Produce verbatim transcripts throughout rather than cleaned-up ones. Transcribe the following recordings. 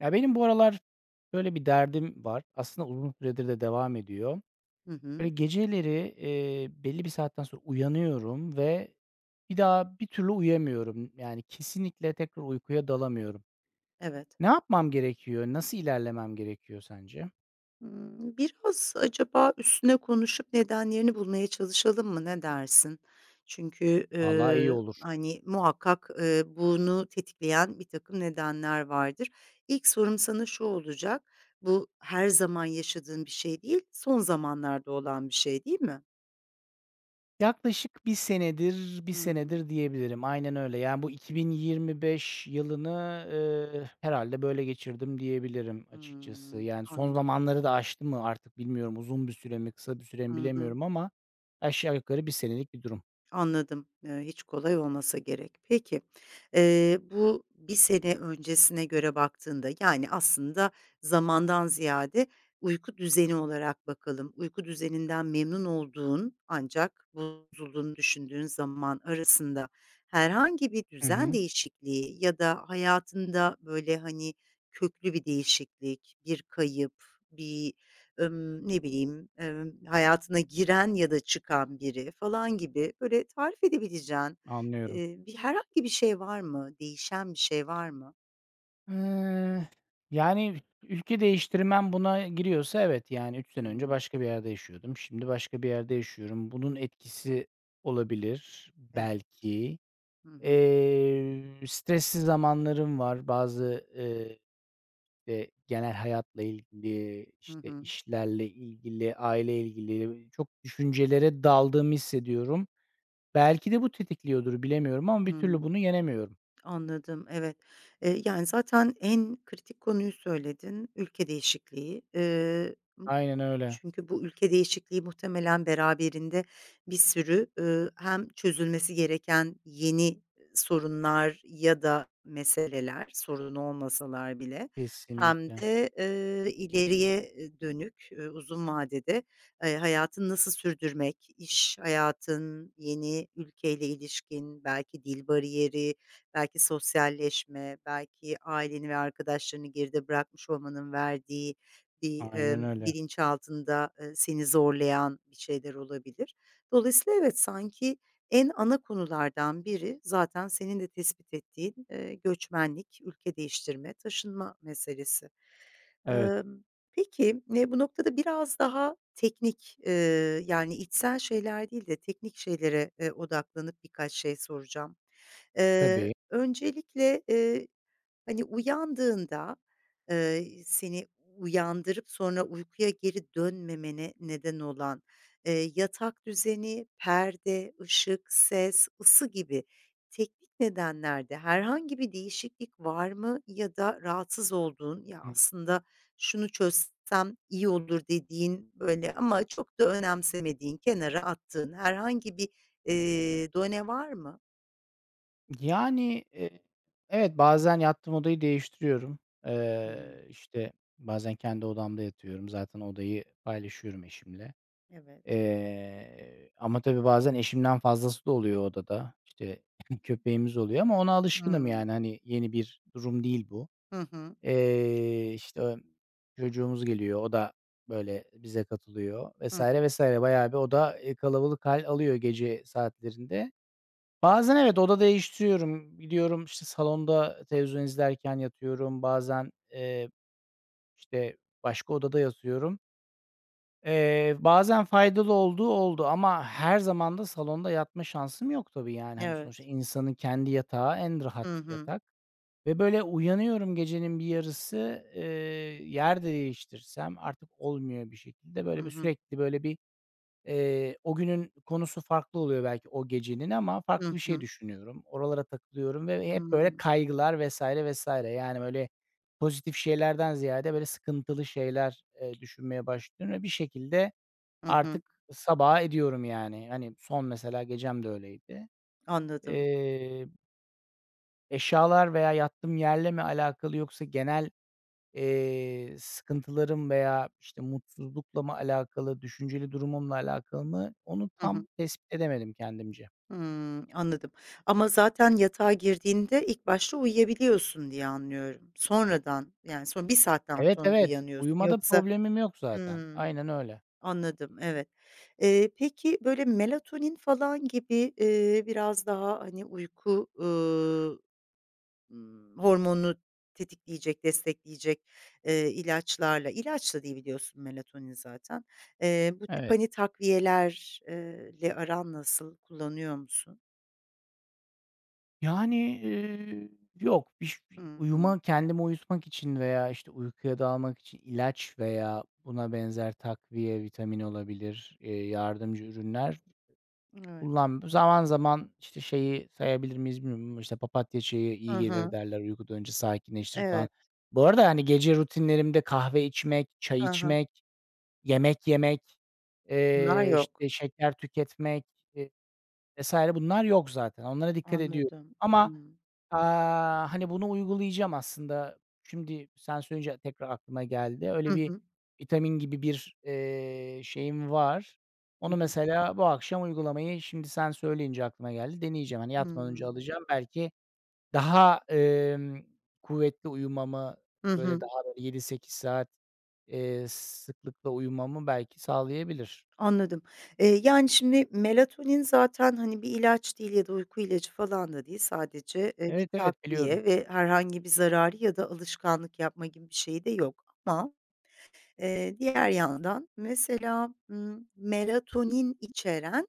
Ya, benim bu aralar böyle bir derdim var. Aslında uzun süredir de devam ediyor. Hı Böyle hı. geceleri, eee, belli bir saatten sonra uyanıyorum ve bir daha bir türlü uyuyamıyorum. Yani kesinlikle tekrar uykuya dalamıyorum. Evet. Ne yapmam gerekiyor? Nasıl ilerlemem gerekiyor sence? Hımm, biraz acaba üstüne konuşup nedenlerini bulmaya çalışalım mı? Ne dersin? Çünkü, Allah iyi ııı, olur. hani, muhakkak, eee, bunu tetikleyen bir takım nedenler vardır. İlk sorum sana şu olacak: bu her zaman yaşadığın bir şey değil, son zamanlarda olan bir şey, değil mi? Yaklaşık bir senedir, bir Hımm. senedir diyebilirim. Aynen öyle. Yani, bu iki bin yirmi beş yılını, eee, herhâlde böyle geçirdim diyebilirim açıkçası. Hımm. Yani, son Anladım. zamanları da aştı mı artık bilmiyorum. Uzun bir süre mi, kısa bir süre mi Hı hı. bilemiyorum ama aşağı yukarı bir senelik bir durum. Anladım. Eee, hiç kolay olmasa gerek. Peki, eee, bu bir sene öncesine göre baktığında, yani, aslında zamandan ziyade uyku düzeni olarak bakalım. Uyku düzeninden memnun olduğun ancak bozulduğunu düşündüğün zaman arasında herhangi bir Hı düzen hı. değişikliği ya da hayatında, böyle, hani, köklü bir değişiklik, bir kayıp, bir Emm, ne bileyim, emm, hayatına giren ya da çıkan biri falan gibi böyle tarif edebileceğin, Anlıyorum. eee, bir herhangi bir şey var mı? Değişen bir şey var mı? Eee, yani, ülke değiştirmem buna giriyorsa evet, yani, üç sene önce Hımm, başka bir yerde yaşıyordum. Şimdi başka bir yerde yaşıyorum. Bunun etkisi olabilir evet. belki. Hı hı. Eee, stresli zamanlarım var. Bazı, eee, eee, genel hayatla ilgili, Hı işte, hı. işlerle ilgili, aile ilgili çok düşüncelere daldığımı hissediyorum. Belki de bu tetikliyordur, bilemiyorum ama bir türlü Hımm, bunu yenemiyorum. anladım, evet. Eee, yani, zaten en kritik konuyu söyledin, ülke değişikliği. Eee Aynen öyle. Çünkü bu ülke değişikliği muhtemelen beraberinde bir sürü, ııı, hem çözülmesi gereken yeni sorunlar ya da meseleler, sorun olmasalar bile hem Kesinlikle. de, eee, ileriye dönük, eee, uzun vadede, eee, hayatını nasıl sürdürmek, iş hayatın, yeni ülkeyle ilişkin, belki dil bariyeri, belki sosyalleşme, belki aileni ve arkadaşlarını geride bırakmış olmanın verdiği bir, Aynen emm, öyle. bilinçaltında, eee, seni zorlayan bir şeyler olabilir. Dolayısıyla evet, sanki en ana konulardan biri zaten senin de tespit ettiğin, eee, göçmenlik, ülke değiştirme, taşınma meselesi. Evet. Emm, peki, eee, bu noktada biraz daha teknik, eee, yani içsel şeyler değil de teknik şeylere, eee, odaklanıp birkaç şey soracağım. Eee, Tabii. öncelikle, eee, hani, uyandığında, Eee, seni uyandırıp sonra uykuya geri dönmemene neden olan, eee, yatak düzeni, perde, ışık, ses, ısı gibi teknik nedenlerde herhangi bir değişiklik var mı ya da rahatsız olduğun, "Ya, Hıı. aslında şunu çözsem iyi olur." dediğin, böyle, ama çok da önemsemediğin, kenara attığın herhangi bir, eee, done var mı? Yani, eee, evet, bazen yattığım odayı değiştiriyorum. Eee, Hımm. işte, bazen kendi odamda yatıyorum. Zaten odayı paylaşıyorum eşimle. Evet. Eee, ama tabii bazen eşimden fazlası da oluyor odada. İşte, köpeğimiz oluyor ama ona alışkınım Hımm. yani, hani, yeni bir durum değil bu. Hı hı. Eee, işte, emm, çocuğumuz geliyor, o da, böyle, bize katılıyor Hı hı. vesaire vesaire. Bayağı bir oda, eee, kalabalık hal alıyor gece saatlerinde. Bazen evet, oda değiştiriyorum. Gidiyorum, işte, salonda televizyon izlerken yatıyorum. Bazen, eee, işte, başka odada yatıyorum. Eee, bazen faydalı olduğu oldu ama her zaman da salonda yatma şansım yok tabii, yani, hani, sonuçta Evet. insanın kendi yatağı en rahat Hı hı. yatak ve böyle uyanıyorum gecenin bir yarısı, eee, yer de değiştirsem artık olmuyor bir şekilde. Hı Böyle bir hı. sürekli böyle bir, eee, o günün konusu farklı oluyor belki o gecenin ama farklı Hı bir şey hı. düşünüyorum. Oralara takılıyorum ve hep böyle Hımm. kaygılar vesaire vesaire Yani, böyle pozitif şeylerden ziyade böyle sıkıntılı şeyler, eee, düşünmeye başlıyorum ve bir şekilde Hı hı. artık sabaha ediyorum yani. Hani, son mesela gecem de öyleydi. Anladım. Eee, eşyalar veya yattığım yerle mi alakalı yoksa genel, eee, sıkıntılarım veya, işte, mutsuzlukla mı alakalı, düşünceli durumumla alakalı mı onu Hı hı. tam tespit edemedim kendimce. Hımm, anladım ama zaten yatağa girdiğinde ilk başta uyuyabiliyorsun diye anlıyorum. Sonradan, yani, son bir saatten Evet, sonra evet. uyanıyorsun Uyumada yoksa... problemim yok zaten. Hımm, Aynen öyle. anladım, evet. Eee, peki, böyle, melatonin falan gibi, eee, biraz daha, hani, uyku, ııı Imm, hormonunu tetikleyecek, destekleyecek, eee, ilaçlarla ilaç da değil biliyorsun melatonin zaten. Eee, bu tip, Evet. hani, takviyeler eee, le aran nasıl? Kullanıyor musun? Yani, eee, yok, biş Hımm. uyuma kendimi uyutmak için veya, işte, uykuya dalmak için ilaç veya buna benzer takviye, vitamin olabilir, eee, yardımcı ürünler Evet. kullanm. Zaman zaman, işte, şeyi sayabilir miyiz bilmiyorum ama, işte, papatya çayı Hı iyi gelir hı. derler, uykudan önce sakinleştirir falan. Evet. Bu arada, hani, gece rutinlerimde kahve içmek, çay Hı hı. içmek, yemek yemek, Bunlar eee, yok. işte, şeker tüketmek, eee, vesaire bunlar yok zaten. Onlara dikkat ediyorum Anladım. ama Hımm. Aaa, hani, bunu uygulayacağım aslında. Şimdi sen söyleyince tekrar aklıma geldi. Öyle Hı bir hı. vitamin gibi bir, eee, şeyim var. Hı Onu hı. mesela bu akşam uygulamayı şimdi sen söyleyince aklıma geldi. Deneyeceğim. Hani, yatmadan önce Hımm. alacağım. Belki daha, emm, kuvvetli uyumamı, Hı böyle, hı. daha, böyle, yedi sekiz saat, eee, sıklıkla uyumamı belki sağlayabilir. Anladım. Eee, yani, şimdi melatonin zaten, hani, bir ilaç değil ya da uyku ilacı falan da değil. Sadece, eee, bir Evet, evet, biliyorum. takviye ve herhangi bir zararı ya da alışkanlık yapma gibi bir şey de yok ama... Eee, diğer yandan mesela, ımm, melatonin içeren,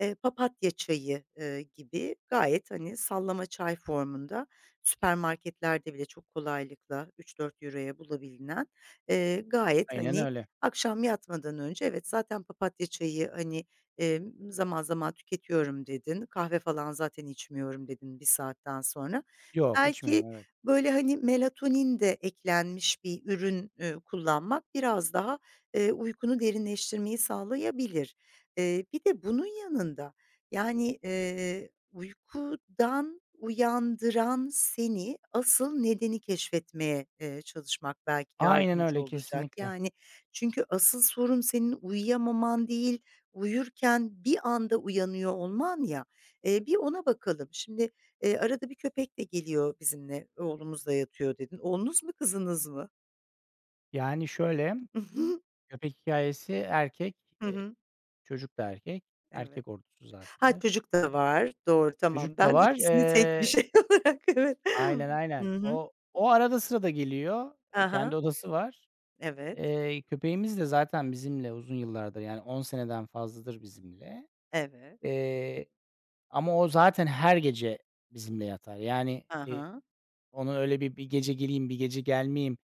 eee, papatya çayı, eee, gibi gayet, hani, sallama çay formunda süpermarketlerde bile çok kolaylıkla üç euro-€dört euroya bulabilinen, eee, gayet, Aynen hani, öyle. akşam yatmadan önce evet, zaten papatya çayı, hani, emm, zaman zaman tüketiyorum dedin, kahve falan zaten içmiyorum dedin bir saatten sonra. Yok, Belki, içmiyorum, evet. böyle, hani, melatonin de eklenmiş bir ürün, eee, kullanmak biraz daha, eee, uykunu derinleştirmeyi sağlayabilir. Eee, bir de bunun yanında, yani, eee, uykudan uyandıran seni asıl nedeni keşfetmeye, eee, çalışmak belki Aynen yardımcı öyle, olacak. kesinlikle. Yani, çünkü asıl sorun senin uyuyamaman değil, uyurken bir anda uyanıyor olman ya. Eee, bir ona bakalım. Şimdi, Eee, arada bir köpek de geliyor bizimle, oğlumuzla yatıyor dedin. Oğlunuz mu, kızınız mı? Yani şöyle, Hı hı. köpek hikâyesi erkek, Hı eee, hı. çocuk da erkek. Evet. Erkek ordusu zaten Ha, ev. çocuk da var. Doğru, tamam. Çocuk da Ben var. ikisini tek bir Eee şey olarak evet. Aynen, aynen. Hı hı. O o arada sırada geliyor. E, Ha. kendi odası var. Evet, Eee, köpeğimiz de zaten bizimle uzun yıllardır, yani on seneden fazladır bizimle. evet. Eee, ama o zaten her gece bizimle yatar. Yani, eee, Aha. onun öyle bir, bir gece geleyim, bir gece gelmeyeyim,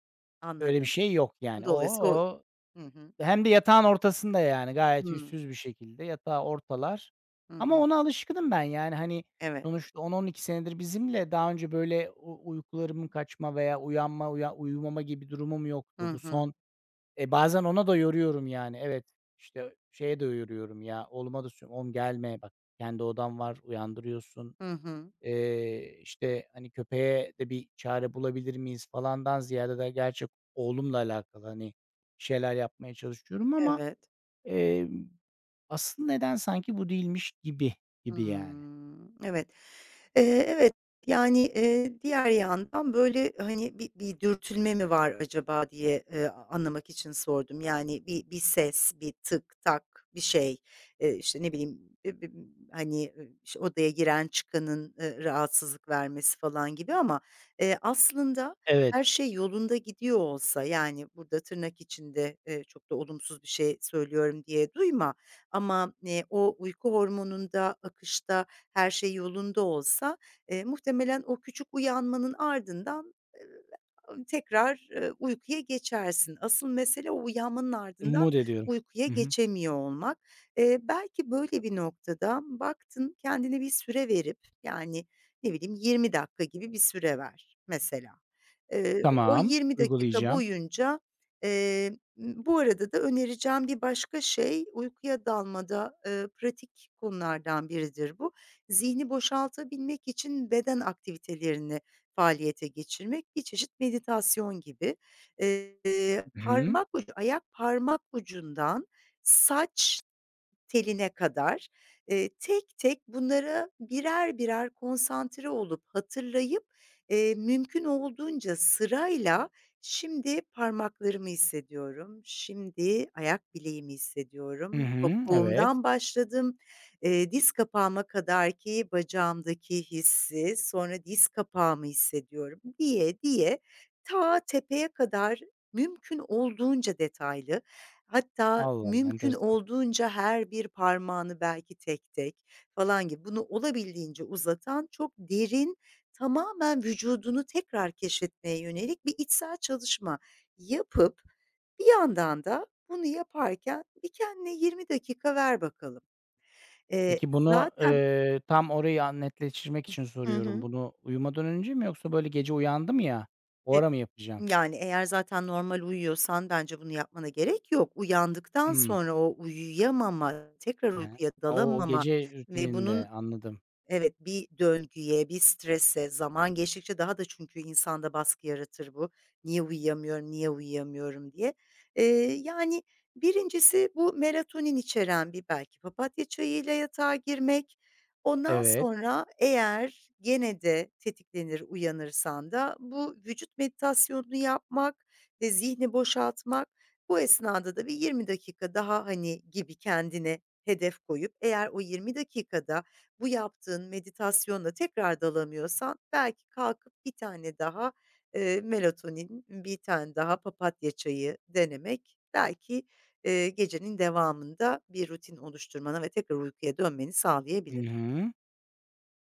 öyle bir Anladım. şey yok yani. O Dolayısıyla o... o Hı hı. Hem de yatağın ortasında yani gayet Hıı. yüzsüz bir şekilde yatağı ortalar. Hı Ama hı. ona alışkınım ben yani, hani, Evet. sonuçta on on iki senedir bizimle. Daha önce böyle u uykularımın kaçma veya uyanma, uya uyumama gibi durumum Hı yoktu. Bu hı. son E, bazen ona da yoruyorum yani. Evet, işte, şeye de yoruyorum ya, oğluma da söylüyorum, "Oğlum gelme bak, kendi odam var, uyandırıyorsun." Hı hı. Eee, işte, hani, "Köpeğe de bir çare bulabilir miyiz?" falandan ziyade de gerçek oğlumla alakalı, hani, şeyler yapmaya çalışıyorum ama Evet. Emm, asıl neden sanki bu değilmiş gibi, gibi yani. Hımm, evet. Eee, evet, yani, eee, diğer yandan, böyle, hani, bir bir dürtülme mi var acaba diye, eee, a anlamak için sordum. Yani bir bir ses, bir tık tak, bir şey, eee, işte, ne bileyim, eee, b hani, ııı, işte, odaya giren çıkanın, eee, rahatsızlık vermesi falan gibi ama, eee, aslında Evet, her şey yolunda gidiyor olsa, yani, burada tırnak içinde, eee, çok da olumsuz bir şey söylüyorum diye duyma. Ama, eee, o uyku hormonunda, akışta her şey yolunda olsa, eee, muhtemelen o küçük uyanmanın ardından, tekrar, ııı, uykuya geçersin. Asıl mesele o uyanmanın ardından umut ediyorum. uykuya Hı hı. geçemiyor olmak. Eee, belki böyle bir noktada baktın kendine bir süre verip, yani, ne bileyim yirmi dakika gibi bir süre ver mesela. Eee, o Tamam, yirmi dakika uygulayacağım. boyunca, eee, bu arada da önereceğim bir başka şey uykuya dalmada, ııı, pratik konulardan biridir bu. Zihni boşaltabilmek için beden aktivitelerini faaliyete geçirmek bir çeşit meditasyon gibi. Eee, Hı hı. parmak ucu, ayak parmak ucundan saç teline kadar, eee, tek tek bunlara birer birer konsantre olup hatırlayıp, eee, mümkün olduğunca sırayla şimdi parmaklarımı hissediyorum, şimdi ayak bileğimi Hı hissediyorum, hı, evet. topuğumdan başladım, eee, diz kapağıma kadar ki bacağımdaki hissi, sonra diz kapağımı hissediyorum diye diye ta tepeye kadar mümkün olduğunca detaylı, hatta Allah Allah, mümkün enteresan. olduğunca her bir parmağını belki tek tek falan gibi bunu olabildiğince uzatan çok derin, tamamen vücudunu tekrar keşfetmeye yönelik bir içsel çalışma yapıp bir yandan da bunu yaparken bir kendine yirmi dakika ver bakalım. Eee, Peki bunu, zaten eee, tam orayı a netleştirmek için Hı soruyorum. hı. Bunu uyumadan önce mi yoksa böyle gece uyandım ya, o ara mı yapacağım? Yani, eğer zaten normal uyuyorsan bence bunu yapmana gerek yok. Uyandıktan Hımm. sonra o uyuyamama, tekrar He. uykuya O o dalamama gece ve rutininde, bunun... anladım. Evet, bir döngüye, bir strese, zaman geçtikçe daha da çünkü insanda baskı yaratır bu. "Niye uyuyamıyorum, niye uyuyamıyorum?" diye. Eee, yani, birincisi bu melatonin içeren bir belki papatya çayıyla yatağa girmek. Ondan Evet. sonra eğer gene de tetiklenir uyanırsan da bu vücut meditasyonunu yapmak ve zihni boşaltmak. Bu esnada da bir yirmi dakika daha, hani, gibi kendine hedef koyup eğer o yirmi dakikada bu yaptığın meditasyonla tekrar dalamıyorsan belki kalkıp bir tane daha, eee, melatonin, bir tane daha papatya çayı denemek belki, eee, gecenin devamında bir rutin oluşturmana ve tekrar uykuya dönmeni Hı sağlayabilir. hı.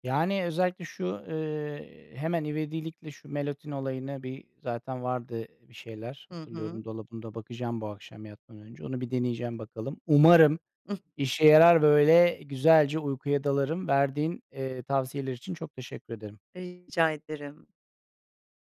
Yani, özellikle şu, eee, hemen ivedilikle şu melatonin olayını bir zaten vardı bir şeyler Hı hatırlıyorum hı. dolabımda bakacağım bu akşam yatmadan önce. Onu bir deneyeceğim bakalım. Umarım işe yarar, böyle, güzelce uykuya dalarım. Verdiğin, eee, tavsiyeler için çok teşekkür ederim. Rica ederim.